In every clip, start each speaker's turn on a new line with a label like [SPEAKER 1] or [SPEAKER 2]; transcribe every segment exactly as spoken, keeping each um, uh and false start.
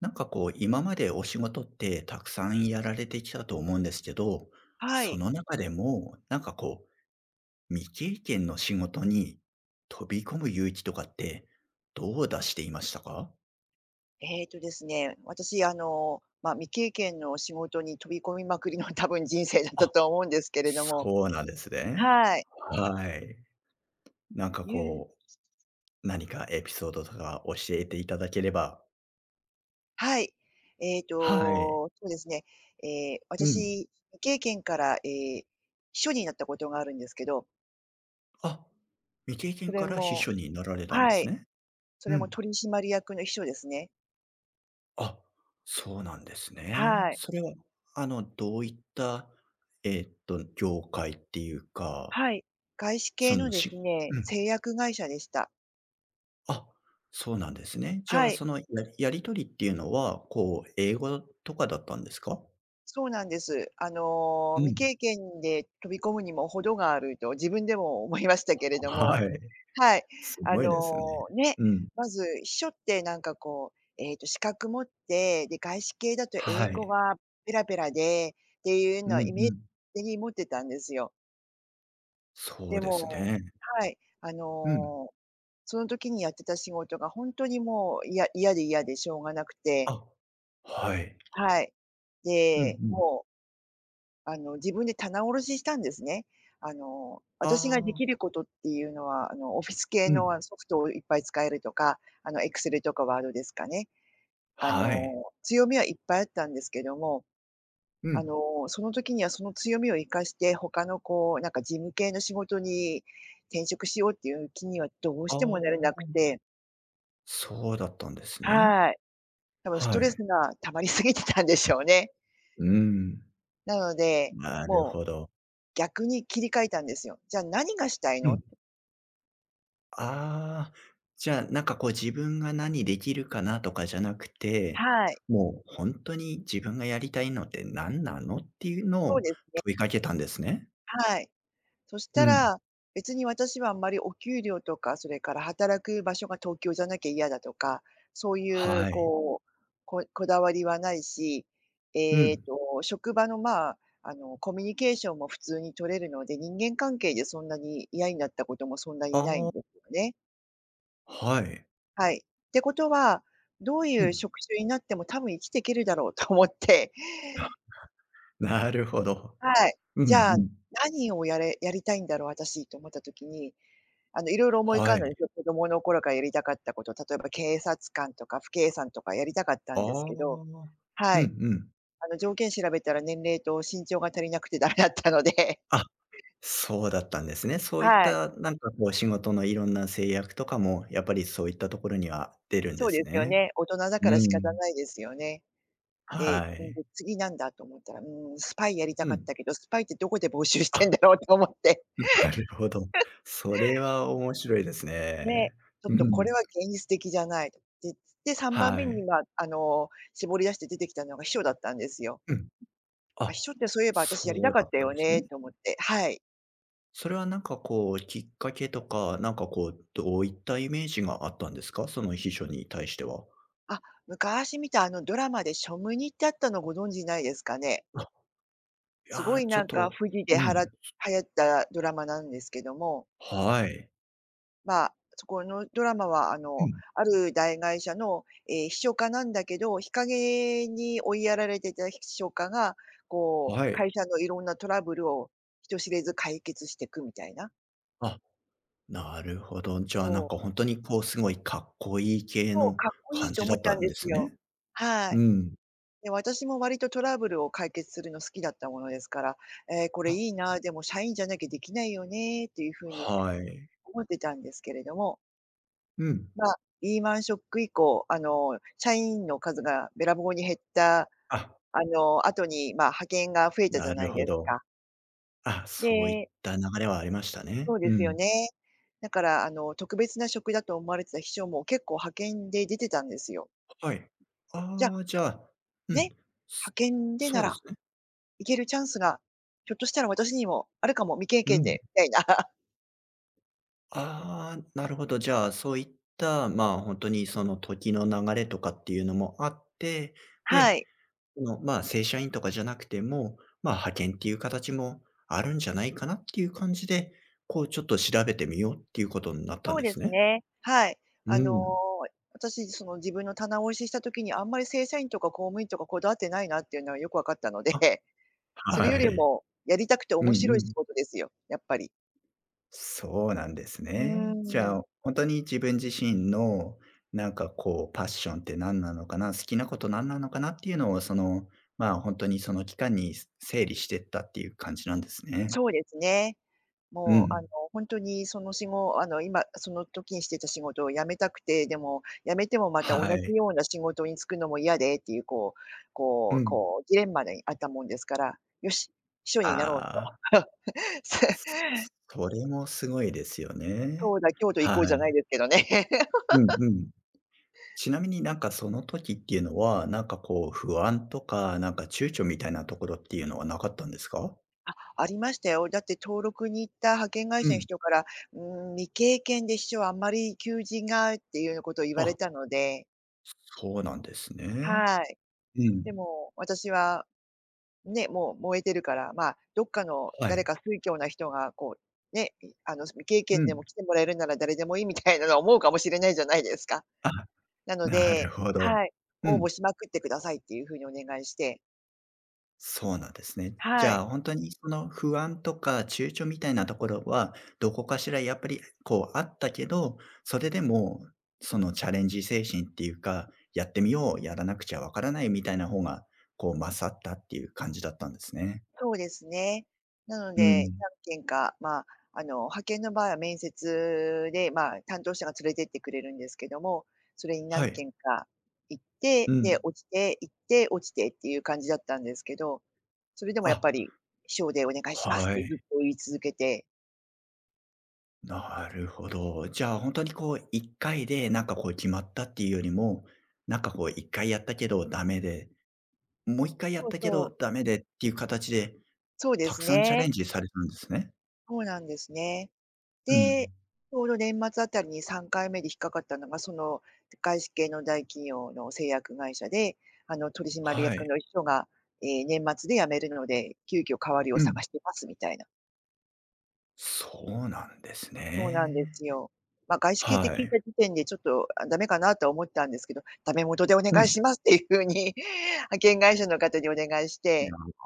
[SPEAKER 1] なんかこう、今までお仕事ってたくさんやられてきたと思うんですけど、
[SPEAKER 2] は
[SPEAKER 1] そ
[SPEAKER 2] い。
[SPEAKER 1] の中でも、なんかこう、未経験の仕事に飛び込む勇気とかって、どう出していましたか？
[SPEAKER 2] えっとですね、私、あの、まあ、未経験の仕事に飛び込みまくりの多分人生だった
[SPEAKER 1] あ、
[SPEAKER 2] と思うんですけれども、
[SPEAKER 1] そうなんですね。
[SPEAKER 2] はい。
[SPEAKER 1] はい。なんか
[SPEAKER 2] ゆう
[SPEAKER 1] こう、何かエピソードとか教えていただければ。
[SPEAKER 2] はい。えっ
[SPEAKER 1] はい。
[SPEAKER 2] と、そうですね、えー
[SPEAKER 1] うん。
[SPEAKER 2] 私、未経験から、えー秘書になったことがあるんですけど、
[SPEAKER 1] あ、未経
[SPEAKER 2] そ
[SPEAKER 1] 験
[SPEAKER 2] れ
[SPEAKER 1] から秘
[SPEAKER 2] も
[SPEAKER 1] 書になられたんで
[SPEAKER 2] は
[SPEAKER 1] す
[SPEAKER 2] い、
[SPEAKER 1] ね。
[SPEAKER 2] そ
[SPEAKER 1] う
[SPEAKER 2] れも
[SPEAKER 1] ん。
[SPEAKER 2] 取締役の秘書ですね。
[SPEAKER 1] あ、そうなんですね。
[SPEAKER 2] はい。
[SPEAKER 1] それは、あの、どういった、えっと、業界っていうか、
[SPEAKER 2] はい。外資
[SPEAKER 1] そ
[SPEAKER 2] 系の
[SPEAKER 1] の、
[SPEAKER 2] です
[SPEAKER 1] し
[SPEAKER 2] ね、
[SPEAKER 1] うん。
[SPEAKER 2] 製薬会社でした。
[SPEAKER 1] あ、そうなんですね。じ
[SPEAKER 2] は
[SPEAKER 1] ゃあ、
[SPEAKER 2] い。
[SPEAKER 1] その、ややり取りっていうのは、こう、英語とかだったんですか？
[SPEAKER 2] そうなんです。あの、
[SPEAKER 1] う
[SPEAKER 2] 未
[SPEAKER 1] ん。
[SPEAKER 2] 経験で飛び込むにも程があると自分でも思いましたけれども、
[SPEAKER 1] はい。
[SPEAKER 2] はい。
[SPEAKER 1] す
[SPEAKER 2] あ
[SPEAKER 1] ごいですね。
[SPEAKER 2] の、ね、
[SPEAKER 1] うん。
[SPEAKER 2] まず秘書ってなんかこう、えっと資格持って、で、外資系だと
[SPEAKER 1] は
[SPEAKER 2] 英語
[SPEAKER 1] い。
[SPEAKER 2] はペラペラでっていう
[SPEAKER 1] う
[SPEAKER 2] の
[SPEAKER 1] ん
[SPEAKER 2] はイメ
[SPEAKER 1] う
[SPEAKER 2] ー
[SPEAKER 1] ん。
[SPEAKER 2] ジに持ってたんですよ。
[SPEAKER 1] そ
[SPEAKER 2] で
[SPEAKER 1] うです
[SPEAKER 2] も、
[SPEAKER 1] ね。
[SPEAKER 2] はい、あ
[SPEAKER 1] うん。
[SPEAKER 2] の、その時にやってた仕事が本当にもう、いや嫌で嫌でしょうがなくて、
[SPEAKER 1] あ、はい。
[SPEAKER 2] はい。
[SPEAKER 1] うんう
[SPEAKER 2] で、
[SPEAKER 1] ん。
[SPEAKER 2] もうあの、自分で棚卸ししたんですね。あの、私がで
[SPEAKER 1] あ
[SPEAKER 2] きる
[SPEAKER 1] あ、
[SPEAKER 2] ことっていうのは、あの、オフィス系
[SPEAKER 1] う
[SPEAKER 2] の、
[SPEAKER 1] ん。
[SPEAKER 2] あの、ソフトをいっぱい使えるとか、あの、Excel とか Word ですかね。あ
[SPEAKER 1] はい。
[SPEAKER 2] の、強みはいっぱいあったんですけども、
[SPEAKER 1] う
[SPEAKER 2] あ
[SPEAKER 1] ん。
[SPEAKER 2] の、その時にはその強みを生かして、他のこう、なんか事務系の仕事に転職しようっていう気にはどうし
[SPEAKER 1] あ
[SPEAKER 2] てもなれなく
[SPEAKER 1] あ、
[SPEAKER 2] て。
[SPEAKER 1] そうだったんですね。
[SPEAKER 2] はい。多分スト
[SPEAKER 1] は
[SPEAKER 2] レス
[SPEAKER 1] い。
[SPEAKER 2] が溜まりすぎてたんでしょうね。
[SPEAKER 1] うーん。
[SPEAKER 2] なので、
[SPEAKER 1] なる
[SPEAKER 2] もう
[SPEAKER 1] ほど。
[SPEAKER 2] 逆に切り替えたんですよ。じゃあ何がしたい
[SPEAKER 1] う
[SPEAKER 2] の。
[SPEAKER 1] ん。ああ、じゃあ、なんかこう自分が何できるかなとかじゃなくて、
[SPEAKER 2] はい。
[SPEAKER 1] もう本当に自分がやりたいのって何なのっていうの
[SPEAKER 2] そう
[SPEAKER 1] を
[SPEAKER 2] ですね、
[SPEAKER 1] 問いかけたんですね。
[SPEAKER 2] はい。そし
[SPEAKER 1] う
[SPEAKER 2] た
[SPEAKER 1] ん。
[SPEAKER 2] ら、別に私はあんまりお給料とか、それから働く場所が東京じゃなきゃ嫌だとか、そういう
[SPEAKER 1] はい。
[SPEAKER 2] こう、ここだわりはないし、
[SPEAKER 1] う
[SPEAKER 2] えっ
[SPEAKER 1] ん。
[SPEAKER 2] と、職場の、まあ、あの、コミュニケーションも普通に取れるので、人間関係でそんなに嫌になったこともそんなにない
[SPEAKER 1] あ
[SPEAKER 2] ん
[SPEAKER 1] あ、
[SPEAKER 2] ですよね。
[SPEAKER 1] はい。
[SPEAKER 2] はい。ってことは、どう
[SPEAKER 1] う
[SPEAKER 2] いう
[SPEAKER 1] ん。
[SPEAKER 2] 職種になっても多分生きていけるだろうと思って。
[SPEAKER 1] あ、なるほど。
[SPEAKER 2] はい。
[SPEAKER 1] うんう
[SPEAKER 2] じゃあ、
[SPEAKER 1] ん。
[SPEAKER 2] 何をやれやりたいんだろう、私と思った時に、あの、いろいろ思い浮か
[SPEAKER 1] は
[SPEAKER 2] ん
[SPEAKER 1] い。
[SPEAKER 2] だんですよ。子供の頃からやりたかったこと、例えば警察官とか父警さんとかやりたかった
[SPEAKER 1] あ
[SPEAKER 2] んですけど、
[SPEAKER 1] あ。う
[SPEAKER 2] は
[SPEAKER 1] んう
[SPEAKER 2] い。
[SPEAKER 1] ん。
[SPEAKER 2] あの、条件調べたら年齢と身長が足りなくてダメだったので、
[SPEAKER 1] あ、そうだったんですね。そういっ
[SPEAKER 2] はい。
[SPEAKER 1] た、なんかこう仕事のいろんな制約とかも、やっぱりそういったところには出るん
[SPEAKER 2] そ
[SPEAKER 1] で
[SPEAKER 2] うで
[SPEAKER 1] す
[SPEAKER 2] すよ
[SPEAKER 1] ね。
[SPEAKER 2] ね。大人だか
[SPEAKER 1] う
[SPEAKER 2] ら仕方
[SPEAKER 1] ん。
[SPEAKER 2] ないですよね。
[SPEAKER 1] は
[SPEAKER 2] で、うん、
[SPEAKER 1] い。
[SPEAKER 2] 次なんだと思ったら、うん、スパイやりた
[SPEAKER 1] う
[SPEAKER 2] かっ
[SPEAKER 1] ん。
[SPEAKER 2] たけど、スパイってどこで募集してん
[SPEAKER 1] あ、
[SPEAKER 2] だろうと思って。
[SPEAKER 1] なるほど。それは面白いです
[SPEAKER 2] で、
[SPEAKER 1] ね。
[SPEAKER 2] ちょっ
[SPEAKER 1] うん。
[SPEAKER 2] とこ
[SPEAKER 1] ん。
[SPEAKER 2] れは現実的じゃないと。で、で、3番
[SPEAKER 1] は
[SPEAKER 2] 目に、
[SPEAKER 1] い。
[SPEAKER 2] ま、あの、絞り出して出てきたのが秘書だったんですよ。
[SPEAKER 1] うん。
[SPEAKER 2] あ、秘
[SPEAKER 1] あ、
[SPEAKER 2] 書ってそういえば私やり
[SPEAKER 1] そ
[SPEAKER 2] た
[SPEAKER 1] う
[SPEAKER 2] かっ
[SPEAKER 1] だっ
[SPEAKER 2] た
[SPEAKER 1] たん
[SPEAKER 2] よ
[SPEAKER 1] ですね。
[SPEAKER 2] ねと思って、はい。
[SPEAKER 1] それはなんかこう、きっかけとか、なんかこう、どういったイメージがあったんですか？その秘書に対しては。
[SPEAKER 2] あ、昔見たあのドラマでショムニってあったのご存知ないですかね？
[SPEAKER 1] あ、い
[SPEAKER 2] すご
[SPEAKER 1] やー、
[SPEAKER 2] い
[SPEAKER 1] ちょ
[SPEAKER 2] な
[SPEAKER 1] っ
[SPEAKER 2] んか
[SPEAKER 1] と。
[SPEAKER 2] 富士で
[SPEAKER 1] う
[SPEAKER 2] は
[SPEAKER 1] ん。
[SPEAKER 2] ら流行ったドラマなんですけども、
[SPEAKER 1] はい。
[SPEAKER 2] まあ、そこのドラマは、あ
[SPEAKER 1] う
[SPEAKER 2] の、
[SPEAKER 1] ん、
[SPEAKER 2] ある大会社の、えー秘書家なんだけど、日陰に追いやられていた秘書家が、こう、
[SPEAKER 1] はい。
[SPEAKER 2] 会社のいろんなトラブルを人知れず解決していくみたいな。
[SPEAKER 1] あ、なるほど。じゃあ、な
[SPEAKER 2] そ
[SPEAKER 1] んか
[SPEAKER 2] う。
[SPEAKER 1] 本当にこうすごいかっこいい系
[SPEAKER 2] そう、
[SPEAKER 1] の
[SPEAKER 2] かっこいい
[SPEAKER 1] 感
[SPEAKER 2] と
[SPEAKER 1] じ
[SPEAKER 2] 思
[SPEAKER 1] だっ
[SPEAKER 2] った
[SPEAKER 1] た
[SPEAKER 2] ん
[SPEAKER 1] ん
[SPEAKER 2] で
[SPEAKER 1] で
[SPEAKER 2] す
[SPEAKER 1] す
[SPEAKER 2] よ。
[SPEAKER 1] ね。
[SPEAKER 2] はい。
[SPEAKER 1] うん。
[SPEAKER 2] で、私も割とトラブルを解決するの好きだったものですから、えーこれ
[SPEAKER 1] あ、
[SPEAKER 2] いいな、でも社員じゃなきゃできないよねっていうふうに
[SPEAKER 1] はい。
[SPEAKER 2] 思ってたんですけれども、
[SPEAKER 1] うん。
[SPEAKER 2] まあ、リーマンショック以降、あの、社員の数がべらぼうに減った、
[SPEAKER 1] あ、
[SPEAKER 2] あの、後に、まあ、派遣が増えたじゃ
[SPEAKER 1] な
[SPEAKER 2] な
[SPEAKER 1] る
[SPEAKER 2] い
[SPEAKER 1] ほ
[SPEAKER 2] です
[SPEAKER 1] ど。
[SPEAKER 2] か。
[SPEAKER 1] あ、そういっ
[SPEAKER 2] で、
[SPEAKER 1] た流れはありましたね。
[SPEAKER 2] そうで
[SPEAKER 1] う
[SPEAKER 2] すよ
[SPEAKER 1] ん。
[SPEAKER 2] ね。だから、あの、特別な職だと思われてた秘書も結構派遣で出てたんですよ。
[SPEAKER 1] はい。
[SPEAKER 2] じゃ、あ
[SPEAKER 1] ああ、じゃあ。うん。
[SPEAKER 2] ね、
[SPEAKER 1] そ
[SPEAKER 2] 派遣で
[SPEAKER 1] そ
[SPEAKER 2] な
[SPEAKER 1] うで
[SPEAKER 2] ら、
[SPEAKER 1] すね。
[SPEAKER 2] 行けるチャンスが、ひょっとしたら私にもあるかも、未経
[SPEAKER 1] う
[SPEAKER 2] 験
[SPEAKER 1] ん。
[SPEAKER 2] でみたいな。
[SPEAKER 1] ああ、なるほど。じゃあ、そういった、まあ、本当にその時の流れとかっていうのもあって、
[SPEAKER 2] は
[SPEAKER 1] で、
[SPEAKER 2] い。
[SPEAKER 1] の、まあ、正社員とかじゃなくても、まあ、派遣っていう形もあるんじゃないかなっていう感じで、こうちょっと調べてみようっていうことになったん
[SPEAKER 2] そう
[SPEAKER 1] で
[SPEAKER 2] で
[SPEAKER 1] す
[SPEAKER 2] す
[SPEAKER 1] ね。
[SPEAKER 2] ね。はい。あ
[SPEAKER 1] う
[SPEAKER 2] の、
[SPEAKER 1] ん。
[SPEAKER 2] 私、その、自分の棚卸しした時にあんまり正社員とか公務員とかこだわってないなっていうのはよく分かったので、
[SPEAKER 1] あ、
[SPEAKER 2] それ
[SPEAKER 1] は
[SPEAKER 2] より
[SPEAKER 1] い。
[SPEAKER 2] もやりたくて
[SPEAKER 1] うん
[SPEAKER 2] 面白い
[SPEAKER 1] うん。
[SPEAKER 2] 仕事ですよ、やっぱり。
[SPEAKER 1] そうなんです
[SPEAKER 2] う
[SPEAKER 1] ね。じ
[SPEAKER 2] ー
[SPEAKER 1] ゃあ、
[SPEAKER 2] ん。
[SPEAKER 1] 本当に自分自身の、なんかこう、パッションって何なのかな、好きなこと何なのかなっていうのを、その、まあ、本当にその期間に整理してったっていう感じなんですね。
[SPEAKER 2] そうですね。
[SPEAKER 1] う
[SPEAKER 2] もう、あ
[SPEAKER 1] ん。
[SPEAKER 2] の、本当にその仕事あの、今その時にしてた仕事を辞めたくて、でも辞めてもまた同
[SPEAKER 1] は
[SPEAKER 2] じ
[SPEAKER 1] い。
[SPEAKER 2] ような仕事に就くのも嫌でっていう、こう
[SPEAKER 1] う
[SPEAKER 2] こう
[SPEAKER 1] ん。
[SPEAKER 2] こうジレンマにあったもんですから、よし、秘書になろうと。
[SPEAKER 1] ああ。それもすごいですよ
[SPEAKER 2] そ
[SPEAKER 1] ね。
[SPEAKER 2] うだ、京都行こう
[SPEAKER 1] は
[SPEAKER 2] じゃない
[SPEAKER 1] い。
[SPEAKER 2] ですけどね。
[SPEAKER 1] うんうん。ちなみになんかその時っていうのは、なんかこう不安とか、なんか躊躇みたいなところっていうのはなかったんですか？
[SPEAKER 2] ありましたよ。だって登録に行った派遣会
[SPEAKER 1] う
[SPEAKER 2] 社の
[SPEAKER 1] ん。
[SPEAKER 2] 人から、うーん、未経験で秘書あんまり求人がっていうようなことを言われ
[SPEAKER 1] あ、
[SPEAKER 2] たので、
[SPEAKER 1] そうなんですね。
[SPEAKER 2] はい。
[SPEAKER 1] うん。
[SPEAKER 2] でも私はね、もう燃えてるから、まあ、どっかの
[SPEAKER 1] は
[SPEAKER 2] 誰
[SPEAKER 1] い。
[SPEAKER 2] か酔狂な人がこう、ね、あの、未経
[SPEAKER 1] う
[SPEAKER 2] 験で
[SPEAKER 1] ん。
[SPEAKER 2] も来てもらえるなら誰でもいいみたいなのは思うかもしれないじゃないですか。
[SPEAKER 1] あ、
[SPEAKER 2] なの
[SPEAKER 1] なる
[SPEAKER 2] で、
[SPEAKER 1] ほど。
[SPEAKER 2] はい、
[SPEAKER 1] う
[SPEAKER 2] 応募
[SPEAKER 1] ん。
[SPEAKER 2] しまくってくださいっていうふうにお願いして、
[SPEAKER 1] そうなんですね。じ
[SPEAKER 2] はい。
[SPEAKER 1] ゃあ、本当にその不安とか躊躇みたいなところは、どこかしらやっぱりこうあったけど、それでもそのチャレンジ精神っていうか、やってみよう、やらなくちゃわからないみたいな方が、こう勝ったっていう感じだったんですね。
[SPEAKER 2] そうですね。なの
[SPEAKER 1] う
[SPEAKER 2] で、
[SPEAKER 1] ん。
[SPEAKER 2] 何件か、まあ、あの、派遣の場合は面接で、まあ、担当者が連れてってくれるんですけども、それに
[SPEAKER 1] は
[SPEAKER 2] 何
[SPEAKER 1] い。
[SPEAKER 2] 件か行って、
[SPEAKER 1] う
[SPEAKER 2] で、
[SPEAKER 1] ん。
[SPEAKER 2] 落ちて、行って、落ちてっていう感じだったんですけど、それでもやっ
[SPEAKER 1] あ、
[SPEAKER 2] ぱり、「秘書でお願いします」っ
[SPEAKER 1] は
[SPEAKER 2] てずっ
[SPEAKER 1] い。
[SPEAKER 2] と言い続けて。
[SPEAKER 1] なるほど。じゃあ、本当にこういっかいでなんかこう決まったっていうよりも、なんかこういっかいやったけどダメで、もういっかいや
[SPEAKER 2] そ
[SPEAKER 1] っ
[SPEAKER 2] う
[SPEAKER 1] たけど
[SPEAKER 2] そう。
[SPEAKER 1] ダメでっていう形で
[SPEAKER 2] そうで
[SPEAKER 1] た
[SPEAKER 2] す
[SPEAKER 1] くさんチャレ
[SPEAKER 2] ね。
[SPEAKER 1] ンジされたんですね。
[SPEAKER 2] そうなんですね。
[SPEAKER 1] う
[SPEAKER 2] で、ち
[SPEAKER 1] ん。
[SPEAKER 2] ょうど年末あたりにさんかいめで引っかかったのが、その外資系の大企業の製薬会社で、あの、取締
[SPEAKER 1] は
[SPEAKER 2] 役
[SPEAKER 1] い。
[SPEAKER 2] の人が、えー年末で辞めるので、急遽代わりを
[SPEAKER 1] う
[SPEAKER 2] 探
[SPEAKER 1] ん。
[SPEAKER 2] してますみたいな。
[SPEAKER 1] そうなんです
[SPEAKER 2] そうなんで
[SPEAKER 1] ね。
[SPEAKER 2] すよ。まあ、外資系って
[SPEAKER 1] は
[SPEAKER 2] 聞い
[SPEAKER 1] い。
[SPEAKER 2] た時点でちょっと、あ、ダメかなとは思ったんですけど、ダメ元でお
[SPEAKER 1] う
[SPEAKER 2] 願い
[SPEAKER 1] ん。
[SPEAKER 2] しますっていうふうに 派遣会 社の方にお願いし
[SPEAKER 1] い
[SPEAKER 2] て、
[SPEAKER 1] や、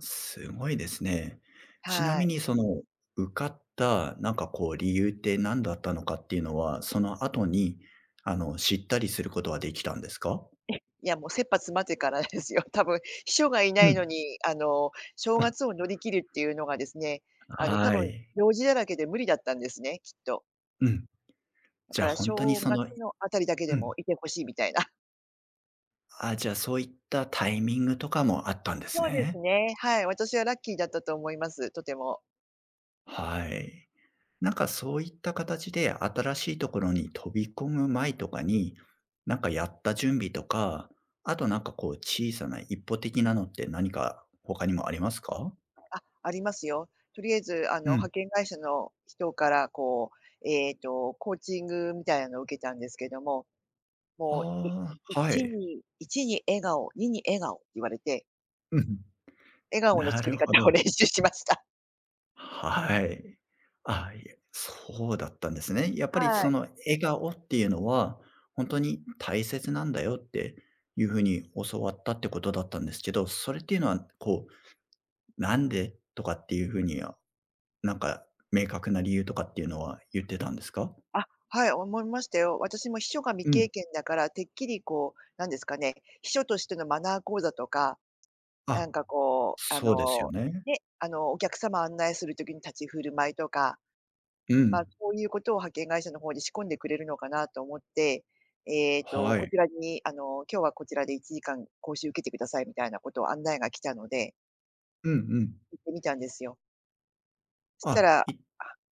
[SPEAKER 1] すごいですね。ちな
[SPEAKER 2] は
[SPEAKER 1] み
[SPEAKER 2] い。
[SPEAKER 1] にその、受かった、なんかこう理由って何だったのかっていうのは、その後に、あの、知ったりすることはできたんですか？
[SPEAKER 2] いや、もう切羽詰まってからですよ。多分秘書がいな
[SPEAKER 1] う
[SPEAKER 2] いの
[SPEAKER 1] ん。
[SPEAKER 2] に、あの、正月を乗り切るっていうのがですね、
[SPEAKER 1] あ、
[SPEAKER 2] あの、多
[SPEAKER 1] は
[SPEAKER 2] 分
[SPEAKER 1] い。
[SPEAKER 2] 用事だらけで無理だったんですね、きっと。
[SPEAKER 1] うん。
[SPEAKER 2] だ
[SPEAKER 1] じ
[SPEAKER 2] か
[SPEAKER 1] ゃあ
[SPEAKER 2] ら
[SPEAKER 1] 本当に
[SPEAKER 2] 正
[SPEAKER 1] そ
[SPEAKER 2] 月
[SPEAKER 1] の。
[SPEAKER 2] の
[SPEAKER 1] う
[SPEAKER 2] あたりだけでも
[SPEAKER 1] ん。
[SPEAKER 2] いてほしいみたいな。
[SPEAKER 1] あ、じゃあそういったタイミングとかもあったんです
[SPEAKER 2] そうです
[SPEAKER 1] ね。
[SPEAKER 2] ね、はい、私はラッキーだったと思います、とても。
[SPEAKER 1] はい。なんかそういった形で新しいところに飛び込む前とかに、なんかやった準備とか、あとなんかこう小さな一歩的なのって何か他にもありますか？
[SPEAKER 2] あ、ありますよ。とりあえず、あの、
[SPEAKER 1] うん。
[SPEAKER 2] 派遣会社の人からこう、えっと、コーチングみたいなのを受けたんですけども、もう、い
[SPEAKER 1] ああ、は
[SPEAKER 2] いち
[SPEAKER 1] い。
[SPEAKER 2] にいちに笑顔、にに笑顔って言われて
[SPEAKER 1] うん。
[SPEAKER 2] 笑顔の
[SPEAKER 1] な
[SPEAKER 2] 作り
[SPEAKER 1] る
[SPEAKER 2] 方
[SPEAKER 1] ほ
[SPEAKER 2] を
[SPEAKER 1] ど。
[SPEAKER 2] 練習しました。
[SPEAKER 1] はい。あ、いえ、そうだったんですね。やっぱり
[SPEAKER 2] は
[SPEAKER 1] そ
[SPEAKER 2] い。
[SPEAKER 1] の笑顔っていうのは、本当に大切なんだよっていう風に教わったってことだったんですけど、それっていうのはこう、なんでとかっていう風になんか、明確な理由とかっていうのは言ってたんですか？
[SPEAKER 2] あ、はい、思いましたよ。私も秘書が未
[SPEAKER 1] う
[SPEAKER 2] 経
[SPEAKER 1] ん。
[SPEAKER 2] 験だから、てっきりこう、なんですかね、秘書としてのマナー講座とか、なん
[SPEAKER 1] あ、
[SPEAKER 2] かこう、あ
[SPEAKER 1] そうですよ
[SPEAKER 2] の、
[SPEAKER 1] ね。
[SPEAKER 2] ね、あの、お客様案内する時に立ち振る舞いとか、
[SPEAKER 1] う
[SPEAKER 2] まあ、
[SPEAKER 1] ん。
[SPEAKER 2] そういうことを派遣会社の方で仕込んでくれるのかなと思って、えっと、
[SPEAKER 1] は
[SPEAKER 2] こ
[SPEAKER 1] い。
[SPEAKER 2] ちらに、あの、今日はこちらでいちじかん講習受けてくださいみたいなことを案内が来たので、
[SPEAKER 1] うんうん。
[SPEAKER 2] 行ってみたんですよ。した
[SPEAKER 1] あ、
[SPEAKER 2] ら、あ、
[SPEAKER 1] い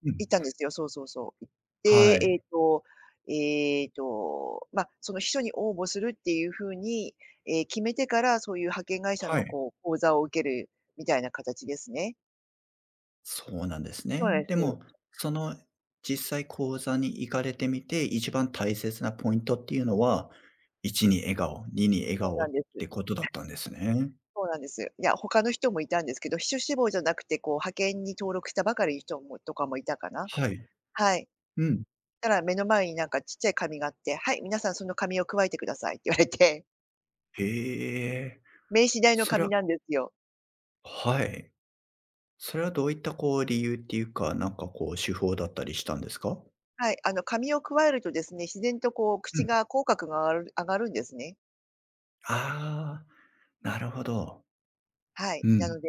[SPEAKER 1] うん。
[SPEAKER 2] 行ったんですよ。そうそうそう。行っ
[SPEAKER 1] は
[SPEAKER 2] て、えっ
[SPEAKER 1] い。
[SPEAKER 2] と、えっと、ま、その秘書に応募するっていう風に、ええ、決めてから、そういう派遣会社
[SPEAKER 1] は
[SPEAKER 2] の
[SPEAKER 1] い。
[SPEAKER 2] こう、講座を受けるみたいな形ですね。
[SPEAKER 1] そうなんです
[SPEAKER 2] そうなん
[SPEAKER 1] ね。
[SPEAKER 2] で
[SPEAKER 1] でも、
[SPEAKER 2] す。
[SPEAKER 1] その実際講座に行かれてみて、一番大切なポイントっていうのは、いちに笑顔、にに笑
[SPEAKER 2] そう
[SPEAKER 1] 顔
[SPEAKER 2] なん
[SPEAKER 1] っ
[SPEAKER 2] です。
[SPEAKER 1] てことだったんですね。
[SPEAKER 2] そうなんです。いや、他の人もいたんですけど、秘書志望じゃなくて、こう派遣に登録したばかりの人もとかもいたかな。
[SPEAKER 1] はい。
[SPEAKER 2] はい。
[SPEAKER 1] うん。
[SPEAKER 2] たら目の前になんかちっちゃい紙があって、「はい、皆さんその紙をくわえてください」って言われて、
[SPEAKER 1] へえ。
[SPEAKER 2] 名刺代の
[SPEAKER 1] それ
[SPEAKER 2] 紙
[SPEAKER 1] は。
[SPEAKER 2] なんですよ。
[SPEAKER 1] はい。それはどういったこう理由っていうか、なんかこう手法だったりしたんですか？
[SPEAKER 2] はい、あの、噛みを加えるとですね、自然とこう
[SPEAKER 1] う
[SPEAKER 2] 口
[SPEAKER 1] ん。
[SPEAKER 2] が口角が上がる上がるんですね。
[SPEAKER 1] ああ、なるほど。
[SPEAKER 2] はい。
[SPEAKER 1] う
[SPEAKER 2] なの
[SPEAKER 1] ん。
[SPEAKER 2] で、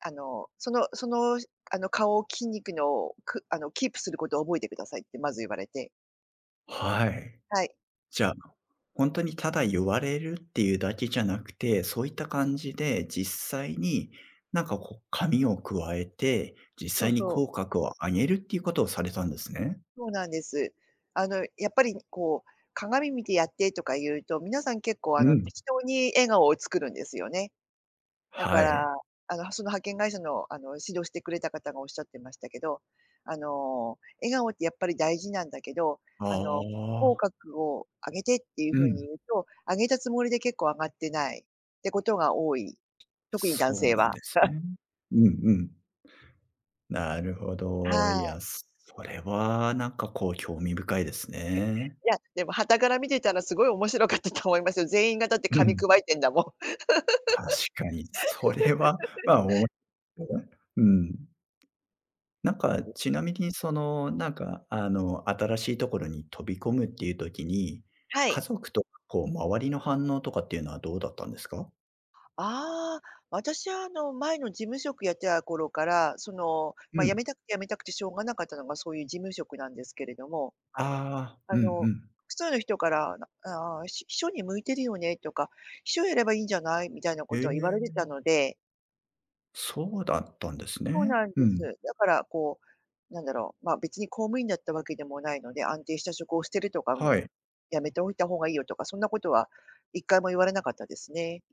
[SPEAKER 2] あの、そのその、あの、顔を筋肉の、くあの、キープすることを覚えてくださいってまず言われて。
[SPEAKER 1] はい。
[SPEAKER 2] はい。
[SPEAKER 1] じゃあ、本当にただ言われるっていうだけじゃなくて、そういった感じで実際になんかこう紙を加えて、実
[SPEAKER 2] そう
[SPEAKER 1] 際に
[SPEAKER 2] そう。
[SPEAKER 1] 口角を上げるっていうことをされたんですね。
[SPEAKER 2] そうなんです。あの、やっぱりこう、鏡見てやってとか言うと、皆さん結構あ
[SPEAKER 1] う
[SPEAKER 2] の、
[SPEAKER 1] ん。
[SPEAKER 2] 適当に笑顔を作るんですよね。だか
[SPEAKER 1] は
[SPEAKER 2] ら、
[SPEAKER 1] い。
[SPEAKER 2] あの、その派遣会社の、あの、指導してくれた方がおっしゃってましたけど、あの、笑顔ってやっぱり大事なんだけど、
[SPEAKER 1] あ
[SPEAKER 2] あの、口角
[SPEAKER 1] あ。
[SPEAKER 2] を上げてっていう
[SPEAKER 1] う
[SPEAKER 2] 風に
[SPEAKER 1] ん。
[SPEAKER 2] 言うと、上げたつもりで結構上がってないってことが多い。特に男
[SPEAKER 1] そう
[SPEAKER 2] 性
[SPEAKER 1] なん
[SPEAKER 2] は。
[SPEAKER 1] ですね。うんうん。なるほ
[SPEAKER 2] は
[SPEAKER 1] ど。いや、
[SPEAKER 2] い。
[SPEAKER 1] それはなんかこう興味深いですね。
[SPEAKER 2] いや、でも傍から見てたらすごい面白かったと思いますよ。全員がだって
[SPEAKER 1] う
[SPEAKER 2] 噛み
[SPEAKER 1] ん、
[SPEAKER 2] 砕いてんだもん。
[SPEAKER 1] 確かにそれは、まあ、おも うん。なんかちなみにその、なんかあの、新しいところに飛び込むっていう時に、
[SPEAKER 2] は
[SPEAKER 1] 家
[SPEAKER 2] い。
[SPEAKER 1] 族とこう周りの反応とかっていうのはどうだったんですか？
[SPEAKER 2] ああ、私はあの前の事務職やってた頃から、その、まあ、
[SPEAKER 1] う
[SPEAKER 2] 辞
[SPEAKER 1] ん。
[SPEAKER 2] めたくて辞めたくてしょうがなかったのがそういう事務職なんですけれども、
[SPEAKER 1] ああ、う
[SPEAKER 2] あ
[SPEAKER 1] んう
[SPEAKER 2] の、
[SPEAKER 1] ん。
[SPEAKER 2] 複数の人から、ああ、ひ秘書に向いてるよねとか、秘書やればいいんじゃないみたいな
[SPEAKER 1] へ
[SPEAKER 2] ことは言わ
[SPEAKER 1] え、
[SPEAKER 2] れてたので、
[SPEAKER 1] そうだったんです
[SPEAKER 2] そう
[SPEAKER 1] ね。
[SPEAKER 2] なん
[SPEAKER 1] う
[SPEAKER 2] です。
[SPEAKER 1] ん。
[SPEAKER 2] だからこう、なんだろう、ま、別に公務員だったわけでもないので、安定した職を捨てるとか、
[SPEAKER 1] はい。
[SPEAKER 2] 辞めておいた方がいいよとか、そんなことは一回も言われなかったですね。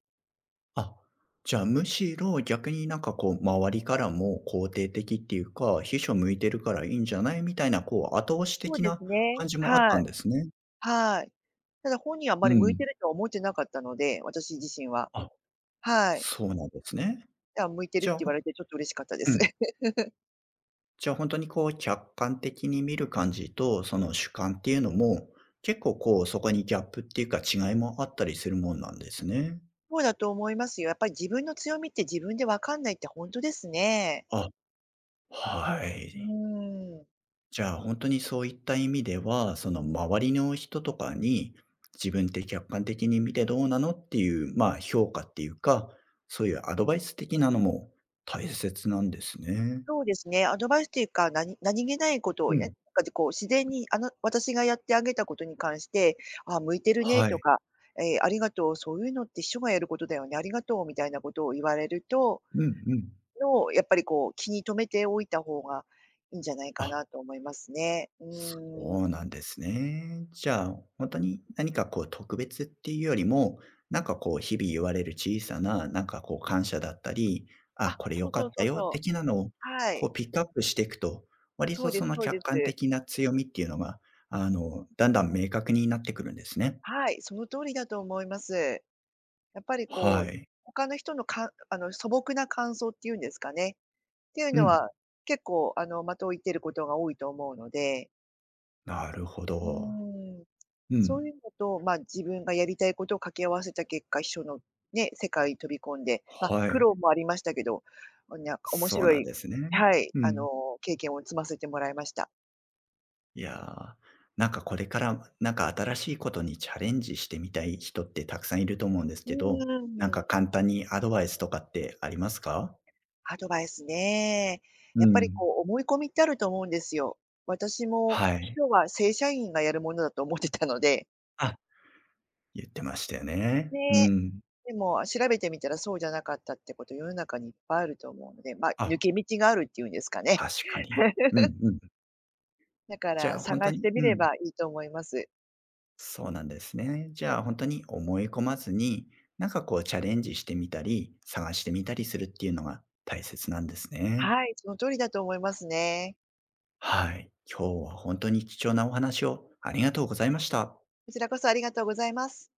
[SPEAKER 1] あ、じゃあ、むしろ逆になんかこう、周りからも肯定的っていうか、秘書向いてるからいいんじゃないみたいな、こう、後押し
[SPEAKER 2] そう
[SPEAKER 1] 的
[SPEAKER 2] で
[SPEAKER 1] な
[SPEAKER 2] すね、
[SPEAKER 1] 感じもあっ
[SPEAKER 2] は
[SPEAKER 1] たん
[SPEAKER 2] い。
[SPEAKER 1] ですね。
[SPEAKER 2] はい。ただ本人はあま
[SPEAKER 1] う
[SPEAKER 2] り向い
[SPEAKER 1] ん。
[SPEAKER 2] てるとは思ってなかったので、私自身は。
[SPEAKER 1] あ、
[SPEAKER 2] はい。
[SPEAKER 1] そうなんですね。
[SPEAKER 2] だから向いてる
[SPEAKER 1] じ
[SPEAKER 2] っ
[SPEAKER 1] ゃ
[SPEAKER 2] て
[SPEAKER 1] あ。
[SPEAKER 2] 言われてちょっと嬉しかったで
[SPEAKER 1] う
[SPEAKER 2] す。
[SPEAKER 1] ん。じゃあ、本当にこう、客観的に見る感じと、その主観っていうのも、結構こう、そこにギャップっていうか違いもあったりするもんなんですね。
[SPEAKER 2] そうだと思いますよ。やっぱり自分の強みって自分でわかんないって本当ですね。
[SPEAKER 1] あ、は
[SPEAKER 2] う
[SPEAKER 1] い。
[SPEAKER 2] ーん。
[SPEAKER 1] じゃあ、本当にそういった意味では、その周りの人とかに、自分って客観的に見てどうなのっていう、まあ、評価っていうか、そういうアドバイス的なのも大切なんですね。
[SPEAKER 2] そうですね、アドバイスというか、何何気ないことを
[SPEAKER 1] う
[SPEAKER 2] やなん
[SPEAKER 1] ん。
[SPEAKER 2] かでこう自然にあの私がやってあげたことに関して、「あ、向いてるね」
[SPEAKER 1] は
[SPEAKER 2] と
[SPEAKER 1] い。
[SPEAKER 2] か、えーありがとう、そういうのって秘書がやることだよね、ありがとう」みたいなことを言われると
[SPEAKER 1] うんうん。
[SPEAKER 2] の、やっぱりこう気に留めておいた方がいいんじゃないか
[SPEAKER 1] あ、
[SPEAKER 2] なと思いますね。う
[SPEAKER 1] そ
[SPEAKER 2] ーん。
[SPEAKER 1] うなんですね。じゃあ、本当に何かこう特別っていうよりも、なんかこう日々言われる小さな、なんかこう感謝だったり、あ、
[SPEAKER 2] あ、
[SPEAKER 1] これ
[SPEAKER 2] そ
[SPEAKER 1] 良
[SPEAKER 2] う
[SPEAKER 1] か
[SPEAKER 2] そう
[SPEAKER 1] った
[SPEAKER 2] そう
[SPEAKER 1] よ
[SPEAKER 2] そう。
[SPEAKER 1] 的なのを、
[SPEAKER 2] は
[SPEAKER 1] こ
[SPEAKER 2] い。
[SPEAKER 1] うピックアップしていくと、割
[SPEAKER 2] そう
[SPEAKER 1] と
[SPEAKER 2] で
[SPEAKER 1] そ
[SPEAKER 2] す
[SPEAKER 1] の
[SPEAKER 2] そうで
[SPEAKER 1] 客
[SPEAKER 2] す。
[SPEAKER 1] 観的な強みっていうのが、あの、だんだん明確になってくるんですね。
[SPEAKER 2] はい、その通りだと思います。やっぱり
[SPEAKER 1] は
[SPEAKER 2] こう、
[SPEAKER 1] い。
[SPEAKER 2] 他の人のかあの、素朴な感想っていうんですかね。っていう
[SPEAKER 1] う
[SPEAKER 2] の
[SPEAKER 1] ん。
[SPEAKER 2] は、結構あの、的を射てることが多いと思うので。
[SPEAKER 1] なるほ
[SPEAKER 2] う
[SPEAKER 1] ど。
[SPEAKER 2] ーん。
[SPEAKER 1] う
[SPEAKER 2] そ
[SPEAKER 1] ん。
[SPEAKER 2] ういうのと、まあ、自分がやりたいことを掛け合わせた結果、秘書のね、世界に飛び込んで、まあ、
[SPEAKER 1] は
[SPEAKER 2] 苦
[SPEAKER 1] い。
[SPEAKER 2] 労もありましたけど、おにか面
[SPEAKER 1] そう
[SPEAKER 2] 白
[SPEAKER 1] なん
[SPEAKER 2] い
[SPEAKER 1] ですね。
[SPEAKER 2] はい、
[SPEAKER 1] う
[SPEAKER 2] あ
[SPEAKER 1] ん。
[SPEAKER 2] の、経験を積ませてもらいました。
[SPEAKER 1] いやー、なんかこれから、なんか新しいことにチャレンジしてみたい人ってたくさんいると思うんです
[SPEAKER 2] う
[SPEAKER 1] けど、
[SPEAKER 2] ー
[SPEAKER 1] なんか
[SPEAKER 2] ん。
[SPEAKER 1] 簡単にアドバイスとかってありますか？
[SPEAKER 2] アドバイスね。
[SPEAKER 1] う
[SPEAKER 2] やっぱり
[SPEAKER 1] ん。
[SPEAKER 2] こう思い込みってあると思うんですよ。私も
[SPEAKER 1] は
[SPEAKER 2] 秘
[SPEAKER 1] い。
[SPEAKER 2] 書は正社員がやるものだと思ってたので、
[SPEAKER 1] あ、言ってましたよね。
[SPEAKER 2] ね、
[SPEAKER 1] うん。
[SPEAKER 2] でも調べてみたらそうじゃなかったってこと、世の中にいっぱいあると思うので、まあ、
[SPEAKER 1] あ、
[SPEAKER 2] 抜け道があるっていうんですかね。
[SPEAKER 1] 確かに。うんうん。
[SPEAKER 2] だか
[SPEAKER 1] じゃ
[SPEAKER 2] ら
[SPEAKER 1] あ本当
[SPEAKER 2] 探し
[SPEAKER 1] に
[SPEAKER 2] てみ
[SPEAKER 1] う
[SPEAKER 2] れ
[SPEAKER 1] ん、
[SPEAKER 2] ばいいと思います。
[SPEAKER 1] そうなんですね。じゃあ本当に思い込まずに、なんかこうチャレンジしてみたり、探してみたりするっていうのが大切なんですね。
[SPEAKER 2] はい、その通りだと思いますね。
[SPEAKER 1] はい。今日は本当に貴重なお話をありがとうございました。
[SPEAKER 2] こちらこそありがとうございます。